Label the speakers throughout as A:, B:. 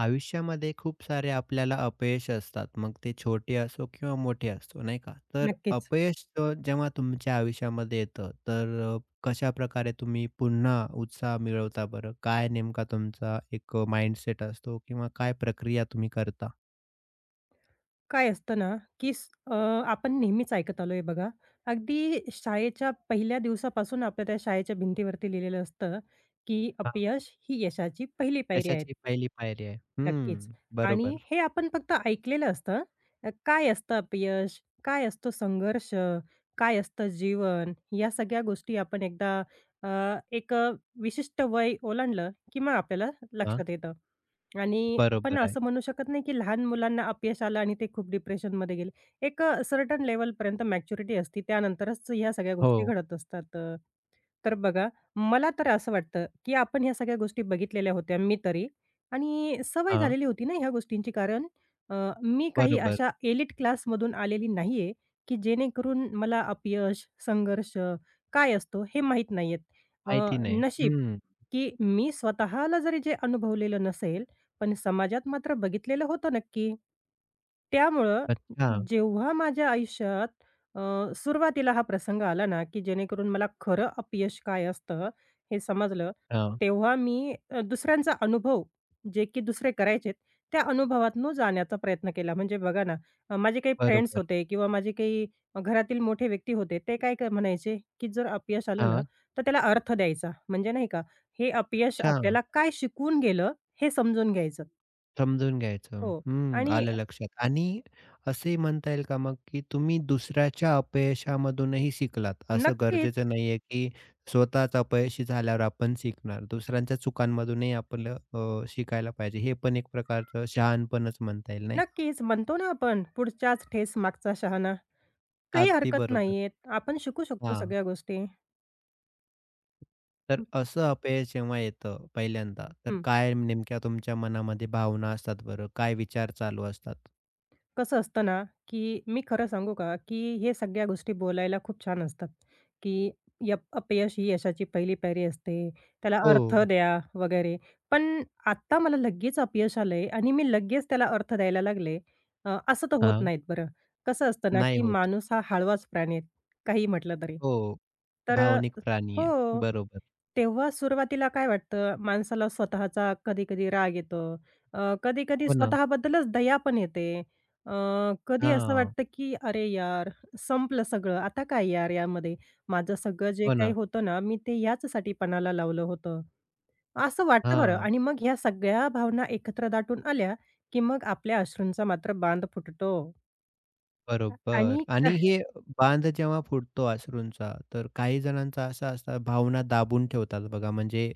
A: आयुष्यामध्ये खूप सारे आपल्याला अपयश असतात. मग ते छोटे असो किंवा मोठे असो, नाही का? तर
B: नक्कीच.
A: अपयश जेव्हा तुमच्या आयुष्यामध्ये येतं, तर अ, कशाप्रकारे तुम्ही पुन्हा उत्साह मिळवता बरं? काय नेमका तुमचा एक माइंडसेट असतो किंवा काय प्रक्रिया तुम्ही करता?
B: काय असतं ना, आपण नेहमीच ऐकत आलोय बघा. अगदी शाळेच्या पहिल्या दिवसापासून आपल्या त्या शाळेच्या भिंतीवरती लिहिलेलं असतं, की
A: हां.
B: अपयश ही यशाची पहिली पायरी आहे.
A: यशाची पहिली पायरी आहे.
B: नक्कीच.
A: हं,
B: आणि
A: बरोबर.
B: हे आपण फक्त ऐकलेलं असतं. काय असतं अपयश? काय असतो संघर्ष? काय असतं जीवन? या सगळ्या गोष्टी आपण एकदा अ, एक विशिष्ट वय ओलांडलं, की मग आपल्याला
A: हां,
B: लक्षात येतं. आणि आपण
A: बरोबर आहे.
B: असं म्हणू शकत नाही, की लहान मुलांना अपयश आलं आणि ते खूप डिप्रेशनमध्ये गेले. एक सर्टन लेव्हलपर्यंत मॅच्युरिटी असते. त्यानंतरच ह्या सगळ्या गोष्टी
A: हो,
B: घडत असतात. तर बघा, मला तर असं वाटतं, की आपण ह्या सगळ्या गोष्टी बघितलेल्या होत्या मी तरी आणि सवय
A: हां,
B: झालेली होती ना ह्या गोष्टींची. कारण अ, मी काही
A: बरोबर.
B: अशा एलिट क्लासमधून आलेली नाहीये, की जेणेकरून मला अपयश, संघर्ष काय असतो हे माहीत नाहीयेत. अ,
A: माहिती नाही.
B: नशीब,
A: हं,
B: की मी स्वतःला जरी जे अनुभवलेलं नसेल, पण समाजात मात्र बघितलेलं होतं नक्की. त्यामुळं
A: अच्छा.
B: जेव्हा माझ्या आयुष्यात सुरुवातीला हा प्रसंग आला ना, की जेणेकरून मला खरं अपयश काय असतं हे समजलं,
A: हां,
B: तेव्हा मी दुसऱ्यांचा अनुभव जे की दुसरे करायचेत, त्या अनुभवातून जाण्याचा प्रयत्न केला. म्हणजे बघा ना, माझे काही फ्रेंड्स
A: बरोबर.
B: होते किंवा माझे काही घरातील मोठे व्यक्ती होते. ते काय म्हणायचे, की जर अपयश आलं ना,
A: हां,
B: तर त्याला अर्थ द्यायचा. म्हणजे नाही का, हे अपयश
A: अच्छा.
B: आपल्याला काय शिकवून गेलं, हे समजून घ्यायचं.
A: समजून घ्यायचं.
B: हो
A: हं,
B: आणि
A: आलं लक्षात. आणि असे म्हणता येईल का मग, की तुम्ही दुसऱ्याच्या अपयशामधूनही शिकलात? असं
B: नक्कीच
A: गरजेचं नाहीये, की स्वतःच अपयशी झाल्यावर आपण शिकणार. दुसऱ्यांच्या चुकांमधूनही आपलं शिकायला पाहिजे. हे पण एक प्रकारचं शहाणपणच म्हणता येईल, नाही का?
B: नक्कीच. म्हणतो ना आपण, पुढच्याच ठेस मागचा शहाणा. काही
A: अगदी
B: हरकत
A: बरोबर.
B: नाहीये. आपण शिकू शकतो
A: हां.
B: सगळ्या गोष्टी.
A: तर
B: हं,
A: असं अपयश जेव्हा येतं पहिल्यांदा, तर
B: हं.
A: काय नेमक्या तुमच्या मनामध्ये भावना असतात बरं? काय विचार चालू असतात?
B: कसं असतं ना, की मी खरं सांगू का, की हे सगळ्या गोष्टी बोलायला खूप छान असतात, की अपयश ही यशाची पहिली पायरी असते. त्याला
A: हो.
B: अर्थ द्या वगैरे. पण आत्ता मला लगेच अपयश आलंय आणि मी लगेच त्याला अर्थ द्यायला लागले, असं तर होत
A: हां.
B: नाहीत बरं. कसं असतं ना,
A: नाही
B: की
A: होत.
B: माणूस हा हळवाच प्राणी आहे, काही म्हटलं तरी.
A: हो.
B: तर
A: भावनिक प्राणी
B: हो.
A: आहे. बरोबर.
B: तेव्हा सुरुवातीला काय वाटतं, माणसाला स्वतःचा कधी-कधी राग येतो. कधी-कधी
A: हो ना.
B: स्वतःबद्दलच दया पण येते. अ, कधी असं
A: हां.
B: वाटतं, की "अरे यार, संपलं सगळं. आता काय यार यामध्ये? माझं सगळं जे
A: हो
B: काही
A: ना.
B: होतं ना, मी ते याचसाठी पणाला लावलं होतं." असं वाटतं बरं
A: हां.
B: आणि मग ह्या सगळ्या भावना एकत्र दाटून आल्या, की मग आपल्या अश्रूंचा मात्र बांध फुटतो.
A: बरोबर
B: आणि
A: आणि हे बांध जेव्हा फुटतो अश्रूंचा, तर काही जणांचा असा असतात भावना दाबून ठेवतात बघा म्हणजे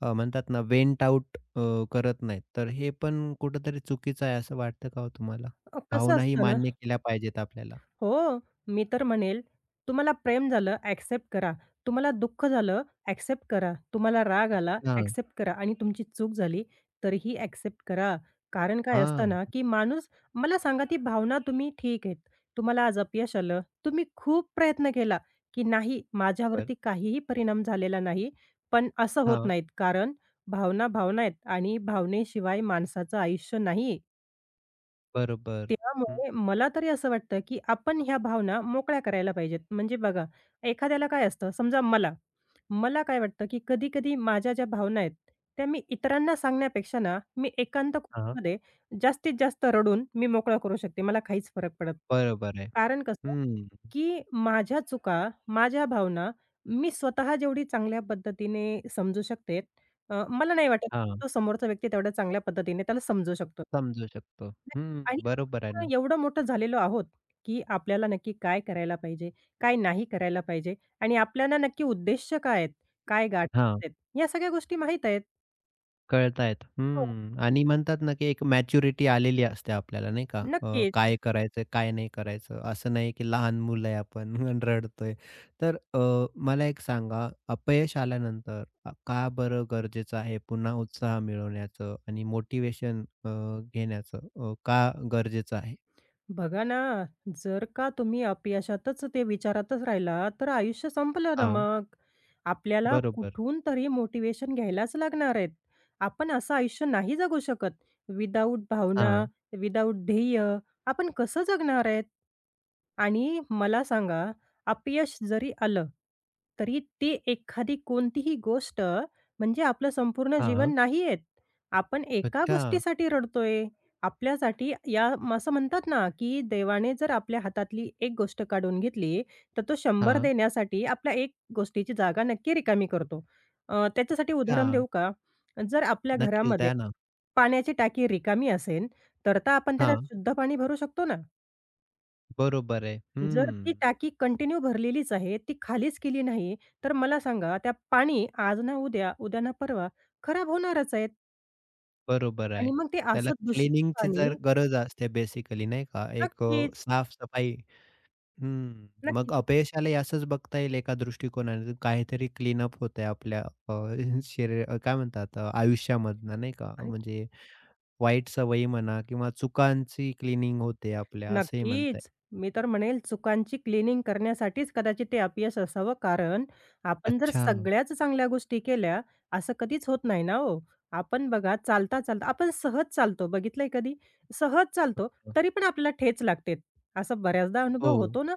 A: म्हणतात ना व्हेंट आउट करत नाहीत. तर हे पण कुठेतरी चुकीचं आहे असं वाटतं का हो तुम्हाला?
B: कसं
A: भावनाही
B: असतं ना
A: मान्य केल्या पाहिजेत आपल्याला.
B: हो, मी तर म्हणेल, तुम्हाला प्रेम झालं, ॲक्सेप्ट करा. तुम्हाला दुःख झालं, ॲक्सेप्ट करा. तुम्हाला राग आला,
A: हां.
B: ॲक्सेप्ट करा आणि तुमची चूक झाली, तरीही ॲक्सेप्ट करा. कारण काय असतं
A: हां.
B: ना, की माणूस मला सांगा, ती भावना तुम्ही ठीक आहेत. तुम्हाला आज अपयश आलं, तुम्ही खूप प्रयत्न केला, की नाही
A: बरोबर.
B: माझ्यावरती काहीही परिणाम झालेला नाही. पण असं होत
A: हां.
B: नाहीत, कारण भावना, भावना आहेत आणि भावनेशिवाय माणसाचं आयुष्य नाही.
A: बरोबर. हं.
B: त्यामुळे मला तरी असं वाटतं, की आपण ह्या भावना मोकळ्या करायला पाहिजेत. म्हणजे बघा, एखाद्याला काय असतं, समजा मला, मला काय वाटतं, की कधी-कधी माझ्या ज्या भावना आहेत, त्या मी इतरांना सांगण्यापेक्षा ना, मी एकांत
A: हां.
B: कोपऱ्यामध्ये जास्तीत जास्त रडून मी मोकळा करू शकते. मला काहीच फरक पडत
A: बरोबर आहे.
B: कारण कसं
A: हं.
B: की माझ्या चुका, माझ्या भावना मी स्वतः जेवढी चांगल्या पद्धतीने समजू शकते, मला नाही वाटत
A: हां.
B: तो समोरचा व्यक्ती तेवढ्या चांगल्या पद्धतीने त्याला समजू शकतो.
A: समजू शकतो. हं.
B: आणि
A: बरोबर आहे ना.
B: आपण एवढं मोठं झालेलो आहोत, की आपल्याला नक्की काय करायला पाहिजे, काय नाही करायला पाहिजे आणि आपल्याला नक्की उद्देश काय आहेत, काय
A: हां.
B: गाठायचे आहेत, या सगळ्या गोष्टी माहीत आहेत.
A: कळतायत.
B: हो.
A: हं. आणि म्हणतात ना, की एक मॅच्युरिटी आलेली असते आपल्याला नाही का?
B: नक्कीच.
A: काय करायचं, काय नाही करायचं. असं नाही, की लहान मुलं आहे आपण आणि रडतोय. तर मला एक सांगा, अपयश आल्यानंतर का बरं गरजेचं आहे पुन्हा उत्साह मिळवण्याचं आणि मोटिव्हेशन घेण्याचं का गरजेचं आहे?
B: बघा ना, जर का तुम्ही अपयशातच ते विचारातच राहिला, तर आयुष्य संपलं ना
A: हां,
B: मग. आपल्याला
A: बरोबर.
B: कुठून तरी मोटिवेशन घ्यायलाच लागणार आहेत. आपण असं आयुष्य नाही जगू शकत. विदाऊट भावना,
A: हां,
B: विदाऊट ध्येय आपण कसं जगणार आहेत? आणि मला सांगा, अपयश जरी आलं, तरी ती एखादी कोणतीही गोष्ट म्हणजे आपलं संपूर्ण
A: हां.
B: जीवन नाही आहेत. आपण एका
A: अच्छा.
B: गोष्टीसाठी रडतोय. आपल्यासाठी या म असं म्हणतात ना, की देवाने जर आपल्या हातातली एक गोष्ट काढून घेतली, तर तो 100
A: हां,
B: देण्यासाठी आपल्या एक गोष्टीची जागा नक्की रिकामी करतो. त्याच्यासाठी उदाहरण
A: हां.
B: देऊ का? जर आपल्या
A: नक्कीच
B: घरामध्ये
A: द्या ना.
B: पाण्याची टाकी रिकामी असेल, तर तर आपण त्याला
A: हां,
B: शुद्ध पाणी भरू शकतो ना.
A: बरोबर आहे.
B: जर ती
A: हं.
B: टाकी कंटिन्यू भरलेलीच आहे, ती खालीच केली नाही, तर मला सांगा त्या पाणी आज ना उद्या, उद्या ना परवा खराब होणारच आहेत
A: बरोबर
B: आणि
A: आहे.
B: मग ते
A: त्याला
B: असं दूषित
A: क्लीनिंगची जर
B: पाणी
A: गरज असते बेसिकली नाही का? एक
B: नक्कीच,
A: साफ-सफाई हम्म मग
B: नक्कीच.
A: अपयशालाही असंच बघता येईल एका दृष्टिकोनाने काहीतरी क्लीनअप होतंय आपल्या अ, शरीर काय म्हणतात आयुष्यामधनं नाही का?
B: अरे
A: म्हणजे वाईट सवयी म्हणा किंवा चुकांची क्लीनिंग होते आपल्या असंही म्हणता येईल.
B: नक्कीच. मी तर म्हणेल चुकांची क्लीनिंग करण्यासाठीच कदाचित ते अपयश असावं. कारण आपण जर
A: अच्छा.
B: सगळ्याच चांगल्या गोष्टी केल्या, असं कधीच होत नाही ना हो. आपण बघा चालता-चालता आपण सहज चालतो बघितलंय कधी? सहज चालतो, तरी पण आपल्याला ठेच लागते. असा बऱ्याचदा
A: हो.
B: अनुभव होतो ना.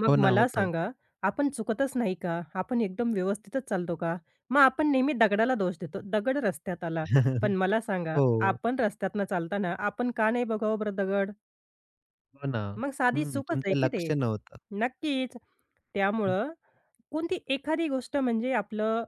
B: मग
A: हो ना,
B: मला
A: होतो.
B: सांगा, आपण चुकतच नाही का? आपण एकदम व्यवस्थितच चालतो का? मग आपण नेहमी दगडाला दोष देतो. दगड रस्त्यात आला. पण मला सांगा,
A: हो,
B: आपण रस्त्यातनं चालताना आपण का नाही बघावं बरं दगड?
A: हो ना.
B: मग साधी
A: हं,
B: चूकच आहे
A: तुमचं
B: की ते.
A: लक्ष नव्हतं.
B: नक्कीच. त्यामुळं कोणती एखादी गोष्ट म्हणजे आपलं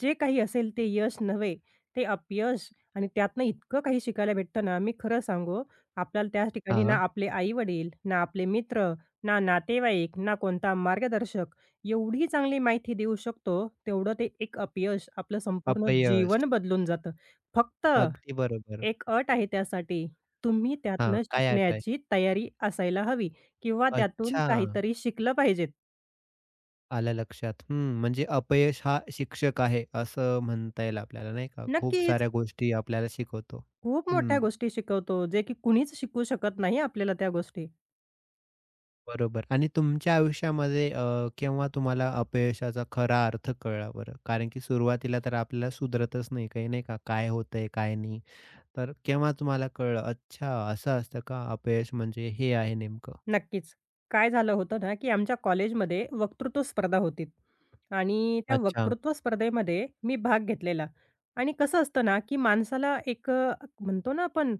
B: जे काही असेल ते यश नव्हे, ते अपयश आणि त्यातनं इतकं काही शिकायला भेटतं ना, मी खरं सांगू आपल्याला त्या ठिकाणी ना
A: हां,
B: आपले आई-वडील, ना आपले मित्र, ना नातेवाईक, ना कोणता मार्गदर्शक एवढी चांगली माहिती देऊ शकतो, तेवढं ते एक अपयश आपलं संपूर्ण
A: अपयश.
B: जीवन बदलून जातं. फक्त
A: अगदी बरोबर.
B: एक अट आहे त्यासाठी. तुम्ही
A: हां,
B: त्यातनं
A: काय अट
B: शिकण्याची तयारी असायला हवी किंवा त्यातून
A: अच्छा.
B: काहीतरी शिकलं पाहिजेत.
A: आलं लक्षात. हं, म्हणजे अपयश हा शिक्षक आहे, असं म्हणता येईल आपल्याला नाही का? खूप
B: नक्कीच,
A: साऱ्या गोष्टी आपल्याला शिकवतो.
B: खूप मोठ्या
A: हं,
B: गोष्टी शिकवतो, जे की कुणीच शिकवू शकत नाही आपल्याला त्या गोष्टी.
A: बरोबर आणि तुमच्या आयुष्यामध्ये केव्हा तुम्हाला अपयशाचा खरा अर्थ कळला बरं? कारण की सुरुवातीला तर आपल्याला सुधरतच नाही काही, नाही का? काय होतंय, काय नाही? तर केव्हा तुम्हाला कळलं, अच्छा असं असतं का? अपयश म्हणजे हे आहे नेमकं.
B: नक्कीच. काय झालं होतं ना, की आमच्या कॉलेजमध्ये वक्तृत्व स्पर्धा होती आणि त्या
A: अच्छा.
B: वक्तृत्व स्पर्धेमध्ये मी भाग घेतलेला आणि कसं असतं ना, की माणसाला एक म्हणतो ना आपण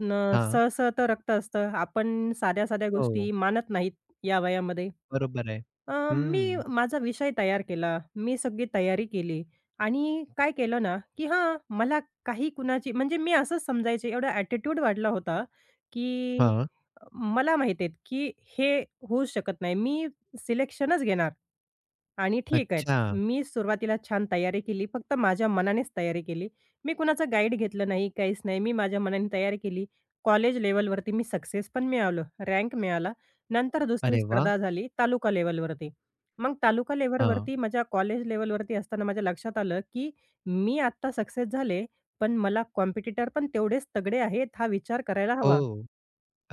A: हां.
B: सळसळतं रक्त असतं. आपण साध्या-साध्या
A: हो,
B: गोष्टी मानत नाहीत या वयामध्ये.
A: बरोबर आहे.
B: मी
A: हं.
B: माझा विषय तयार केला. मी सगळी तयारी केली आणि काय केलं ना, की हां, मला काही कुणाची म्हणजे मी असंच समजायचे एवढा ॲटिट्यूड वाढला होता, की
A: हां.
B: मला माहिती आहे, की हे होऊच शकत नाही. मी सिलेक्शनच घेणार. आणि ठीक आहेत.
A: अच्छा.
B: मी सुरुवातीला छान तयारी केली. फक्त माझ्या मनानेच तयारी केली. मी कुणाचा गाईड घेतलं नाही, काहीच नाही. मी माझ्या मनाने तयारी केली. कॉलेज लेव्हलवरती मी सक्सेस पण मिळालो, रँक मिळाला. नंतर दुसरी
A: अरे वाह!
B: स्पर्धा झाली तालुका लेव्हलवरती. मग तालुका
A: हां.
B: लेव्हलवरती माझ्या कॉलेज लेव्हलवरती असताना माझ्या लक्षात आलं, की मी आत्ता सक्सेस झाले, पण मला कॉम्पिटिटर पण तेवढेच तगडे आहेत, हा विचार करायला हवा.
A: हो.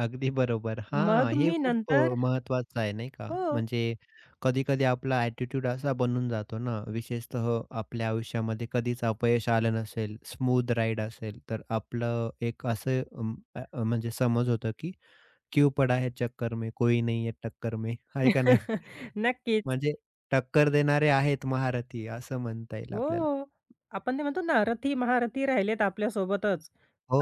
A: अगदी बरोबर. हां,
B: मग
A: हे
B: मी
A: खूप
B: नंतर
A: महत्त्वाचं आहे नाही का?
B: हो,
A: म्हणजे कधी-कधी आपला ॲटिट्यूड असा बनून जातो ना, विशेषतः आपल्या आयुष्यामध्ये कधीच अपयश आलं नसेल, स्मूथ राईड असेल, तर आपलं एक असं म्हणजे समज होतं की क्यू पडा है चक्कर में, कोई नहीं है टक्कर में. आहे का नाही?
B: नक्कीच.
A: म्हणजे टक्कर देणारे आहेत महारथी असं म्हणता येईल आपल्याला.
B: हो. आपण ते म्हणतो ना, रथी महारथी राहिलेत आपल्यासोबतच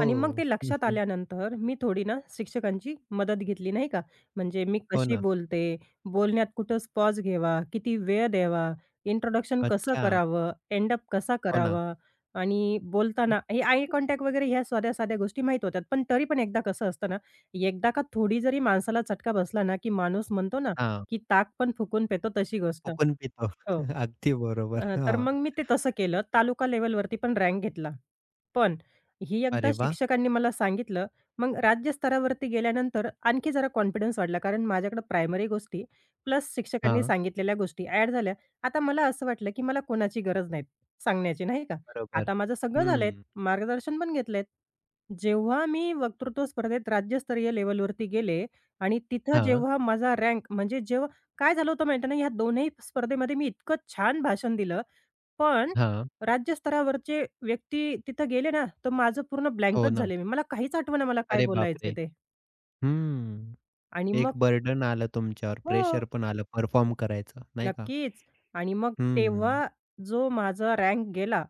B: आणि मग ते लक्षात आल्यानंतर मी थोडी ना शिक्षकांची मदत घेतली, नाही का. म्हणजे मी
A: हो
B: कशी
A: ना.
B: बोलते, बोलण्यात कुठंच पॉज घ्यावा, किती वेळ द्यावा, इंट्रोडक्शन कसं
A: अच्छा.
B: करावं, एंड अप कसा
A: हो ना.
B: करावा आणि बोलताना हे आय कॉन्टॅक्ट वगैरे ह्या साध्या-साध्या गोष्टी माहीत होत्या. पण तरी पण एकदा कसं असतं ना, एकदा का थोडी जरी माणसाला चटका बसला ना, की माणूस म्हणतो ना,
A: हां.
B: की ताक पण फुकून पितो तशी गोष्ट.
A: फुकून पितो.
B: हो.
A: अगदी बरोबर.
B: तर
A: हां.
B: मग मी ते तसं केलं. तालुका लेव्हलवरती पण रँक घेतला. पण हे एकदा
A: अरे वाह!
B: शिक्षकांनी मला सांगितलं, मग राज्यस्तरावरती गेल्यानंतर आणखी जरा कॉन्फिडन्स वाढला. कारण माझ्याकडे प्रायमरी गोष्टी प्लस शिक्षकांनी
A: हां,
B: सांगितलेल्या गोष्टी ॲड झाल्या. आता मला असं वाटलं, की मला कोणाची गरज नाही सांगण्याची, नाही का?
A: बरोबर.
B: आता माझं सगळं झालंय,
A: हं.
B: मार्गदर्शन पण घेतलंय. जेव्हा मी वक्तृत्व स्पर्धेत राज्यस्तरीय लेव्हलवरती गेले आणि तिथं
A: हां,
B: जेव्हा माझा रँक म्हणजे जेव्हा काय झालं होतं माहिती आहे ना, या स्पर्धेमध्ये मी इतकं छान भाषण दिलं पण
A: हां.
B: राज्यस्तरावरचे व्यक्ती तिथं गेले ना, तर माझं पूर्ण
A: हो
B: ब्लँकच
A: ना.
B: झाले मी. मला काहीच आठवेना मला काय
A: अरे बापरे!
B: बोलायचंय ते.
A: हं.
B: आणि मग
A: एक बर्डन आलं तुमच्यावर,
B: हो,
A: प्रेशर पण आलं परफॉर्म करायचं, नाही का?
B: नक्कीच. आणि मग तेव्हा
A: हं.
B: जो माझा रँक गेला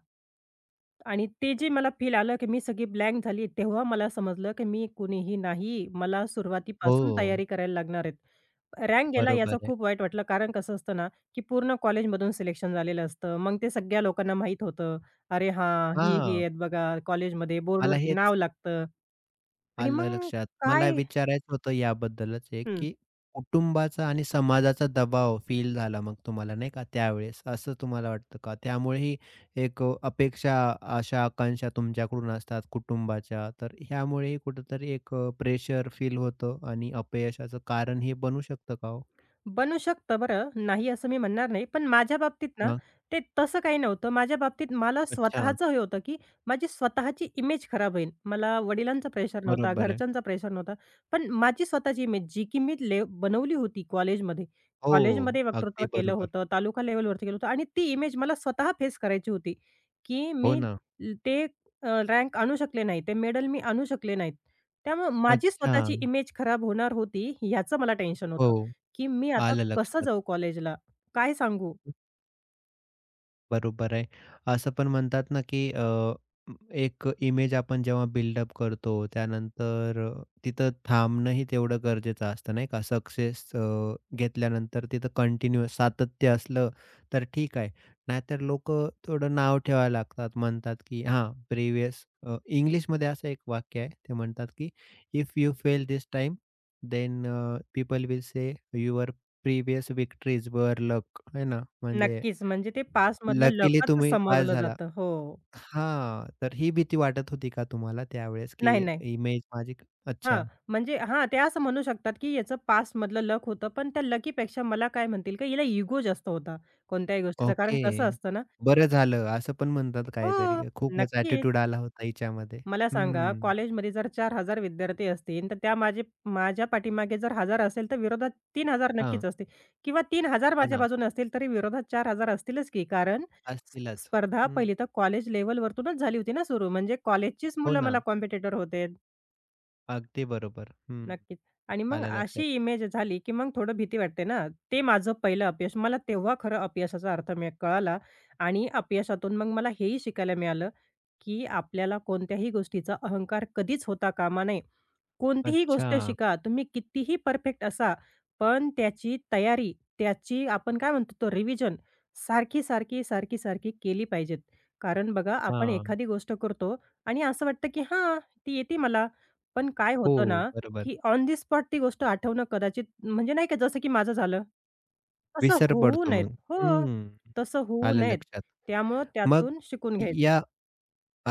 B: आणि ते जे मला फील आलं, की मी सगळी ब्लँक झाली, तेव्हा मला समजलं, की मी कुणीही नाही. मला सुरुवातीपासून
A: हो,
B: तयारी करायला लागणार आहेत. रँक गेला याचा
A: बरोबर आहे.
B: खूप वाईट वाटलं. कारण कसं असतं ना, की पूर्ण कॉलेजमधून सिलेक्शन झालेलं असतं. मग ते सगळ्या लोकांना माहीत होतं. अरे हां, ही
A: हां,
B: आहेत बघा कॉलेजमध्ये,
A: मला
B: बोर्डवरती
A: हे
B: नाव लागतं आणि
A: आलं
B: मग
A: लक्षात. मला
B: काय
A: विचारायचं होतं याबद्दलच एक,
B: हं.
A: की कुटुंबाचा आणि समाजाचा दबाव फील झाला मग तुम्हाला नाही का त्यावेळेस, असं तुम्हाला वाटतं का? त्यामुळे ही एक अपेक्षा, आशा, आकांक्षा तुमच्याकडून असतात कुटुंबाच्या, तर ह्यामुळेही कुठेतरी एक प्रेशर फील होतं आणि अपयशाचं कारण हे बनू शकतं का हो?
B: बनू शकतं बरं, नाही असं मी म्हणणार नाही. पण माझ्या बाबतीत ना,
A: हां,
B: ते तसं काही नव्हतं. माझ्या बाबतीत मला
A: अच्छा.
B: स्वतःचं हे होतं, की माझी स्वतःची इमेज खराब होईल. मला वडिलांचा प्रेशर नव्हता,
A: बरोबर आहे.
B: घरच्यांचा प्रेशर नव्हता. पण माझी स्वतःची इमेज जी की मी बनवली होती कॉलेजमध्ये.
A: हो,
B: कॉलेजमध्ये वक्तृत्व
A: अगदी
B: केलं
A: बरोबर.
B: होतं, तालुका लेव्हलवरती केलं होतं आणि ती इमेज मला स्वतः फेस करायची होती, की
A: हो
B: मी
A: ना.
B: ल- ते रँक आणू शकले नाही, ते मेडल मी आणू शकले नाहीत. त्यामुळं माझी
A: अच्छा.
B: स्वतःची इमेज खराब होणार होती, याचं मला टेन्शन
A: हो,
B: होतं. की मी आता
A: आलं
B: कसं
A: लक्षात.
B: जाऊ कॉलेजला? काय सांगू?
A: बरोबर आहे. असं पण म्हणतात ना, की म- एक इमेज आपण जेव्हा बिल्डअप करतो, त्यानंतर तिथं थांबणंही तेवढं गरजेचं असतं, नाही का? सक्सेस घेतल्यानंतर तिथं कंटिन्यूअस सातत्य असलं तर ठीक आहे. नाहीतर लोक थोडं नाव ठेवायला लागतात. म्हणतात, की हां, इंग्लिशमध्ये असं एक वाक्य आहे. ते म्हणतात, की "if you fail this time, then people will say your previous victories वर लक." आहे ना? म्हणजे
B: नक्कीच. म्हणजे ते पासमधलं
A: लकीली
B: लकच
A: तुम्ही पास
B: समजलं
A: झाला.
B: जातं. हो.
A: हां, तर ही भीती वाटत होती का तुम्हाला त्यावेळेस, की
B: नाही, नाही.
A: इमेज माझी अच्छा,
B: हां, म्हणजे हां, ते असं म्हणू शकतात की याचं पासमधलं लक होतं. पण त्या लकीपेक्षा मला काय म्हणतील का हिला इगो जास्त होता कोणत्याही गोष्टीचा. कारण कसं
A: ओके.
B: असतं ना
A: बरं झालं असं पण म्हणतात काहीतरी.
B: हो,
A: खूपच
B: नक्कीच.
A: ॲटिट्यूड आला होता हिच्यामध्ये.
B: मला सांगा,
A: हं,
B: कॉलेजमध्ये जर 4,000 विद्यार्थी असतील, तर त्या माझे माझ्या पाठीमागे जर 1,000 असेल, तर विरोधात 3,000
A: हां,
B: नक्कीच असतील किंवा 3,000
A: हो
B: माझ्या
A: ना,
B: बाजूने असतील, तरी विरोधात 4,000 असतीलच की. कारण स
A: असतीलच.
B: स्पर्धा
A: हं,
B: पहिली तर कॉलेज लेव्हलवरतूनच झाली होती ना सुरू. म्हणजे कॉलेजचीच
A: हो
B: मुलं मला
A: ना,
B: कॉम्पिटिटर होते.
A: अगदी बरोबर. हं,
B: नक्कीच. आणि मग
A: आलं
B: अशी
A: लक्षात.
B: इमेज झाली, की मग थोडं भीती वाटते ना. ते माझं पहिलं अपयश. मला तेव्हा खरं अपयशाचा अर्थ मी कळाला आणि अपयशातून मग मला हेही शिकायला मिळालं, की आपल्याला कोणत्याही गोष्टीचा अहंकार कधीच होता कामा नये. कोणतीही
A: अच्छा,
B: गोष्ट शिका, तुम्ही कितीही परफेक्ट असा, पण त्याची तयारी, त्याची आपण काय म्हणतो तो रिव्हिजन सारखी, सारखी, सारखी, सारखी केली पाहिजेत. कारण बघा आपण
A: हां,
B: एखादी गोष्ट करतो आणि असं वाटतं, की हां, ती येते मला. पण काय होतं ना,
A: हो, बरोबर.
B: की ऑन द स्पॉट ती गोष्ट आठवणं कदाचित म्हणजे नाही का जसं की माझं झालं, तसं
A: विसर
B: होऊ
A: पडतो
B: नयेत.
A: मग.
B: हो,
A: हं,
B: तसं होऊ
A: आलं
B: नयेत.
A: लक्षात.
B: त्यामुळं
A: मग
B: त्यातून शिकून घ्यायचं.
A: या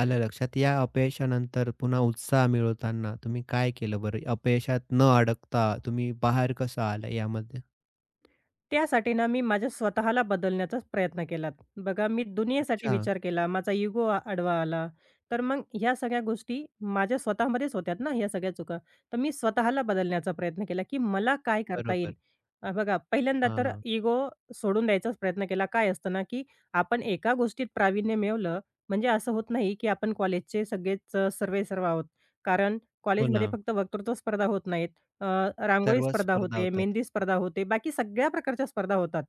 A: आलं लक्षात. या अपयशानंतर पुन्हा उत्साह मिळवताना तुम्ही काय केलं बरं? अपयशात न अडकता तुम्ही बाहेर कसं आला यामध्ये?
B: त्यासाठी ना मी माझ्या स्वतःला बदलण्याचाच प्रयत्न केलात. बघा मी दुनियेसाठी
A: अच्छा,
B: विचार केला, माझा इगो आडवा आला. तर मग ह्या सगळ्या गोष्टी माझ्या स्वतःमध्येच होत्यात ना ह्या सगळ्या चुका. तर मी स्वतःला बदलण्याचा प्रयत्न केला, की मला काय करता येईल?
A: बरोबर.
B: बघा पहिल्यांदा तर
A: हां.
B: इगो सोडून द्यायचाच प्रयत्न केला. काय असतं ना, की आपण एका गोष्टीत प्रावीण्य मिळवलं म्हणजे असं होत नाही, की आपण कॉलेजचे सगळेच सर्वेसर्वा आहोत. कारण
A: हो ना.
B: कॉलेजमध्ये फक्त वक्तृत्व स्पर्धा होत नाहीत. अ, रांगोळी
A: सर्वच
B: स्पर्धा
A: स्पर्धा
B: होते,
A: होतात.
B: मेहंदी स्पर्धा होते, बाकी सगळ्या प्रकारच्या स्पर्धा होतात.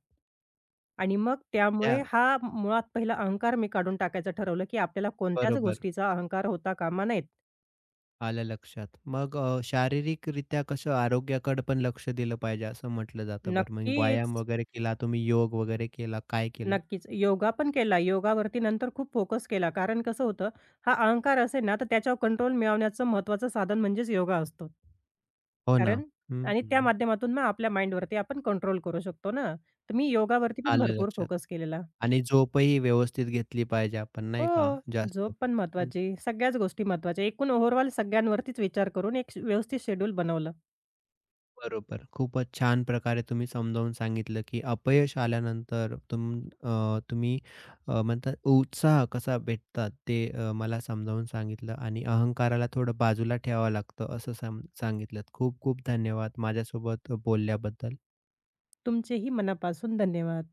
B: आणि मग
A: त्या
B: त्यामुळे हा मुळात पहिला अहंकार मी काढून टाकायचं ठरवलं, की आपल्याला कोणत्याच
A: बरोबर.
B: गोष्टीचा अहंकार होता कामा नयेत.
A: आलं लक्षात. मग शारीरिकरित्या कसं आरोग्याकडे पण लक्ष दिलं पाहिजे असं म्हटलं जातं बरं. म्हणजे
B: नक्कीच,
A: व्यायाम वगैरे केला, तुम्ही योग वगैरे केला, काय केलं?
B: नक्कीच. योगा पण केला. योगावरती नंतर खूप फोकस केला. कारण कसं होतं, हा अहंकार असेल ना, तर त्याच्यावर कंट्रोल मिळवण्याचं महत्त्वाचं साधन म्हणजेच योगा असतो.
A: हो ना.
B: कारण
A: हं,
B: आणि त्या
A: हं.
B: माध्यमातून मग आपल्या माइंडवरती आपण कंट्रोल करू शकतो ना. तर मी योगावरती पण
A: आलं
B: भरपूर
A: लक्षात.
B: फोकस केलेला.
A: आणि झोपही व्यवस्थित घेतली पाहिजे आपण नाही का?
B: हो.
A: जास्त.
B: झोप पण महत्त्वाची. सगळ्याच गोष्टी महत्त्वाच्या. एकूण ओव्हरऑल सगळ्यांवरतीच विचार करून एक व्यवस्थित शेड्यूल बनवलं.
A: बरोबर. खूपच छान प्रकारे तुम्ही समजावून सांगितलं, की अपयश आल्यानंतर तुम्ही म्हणतात उत्साह कसा भेटतात ते मला समजावून सांगितलं आणि अहंकाराला थोडं बाजूला ठेवावं लागतं असं सांगितलंत. खूप खूप धन्यवाद माझ्यासोबत बोलल्याबद्दल.
B: तुमचेही मनापासून धन्यवाद.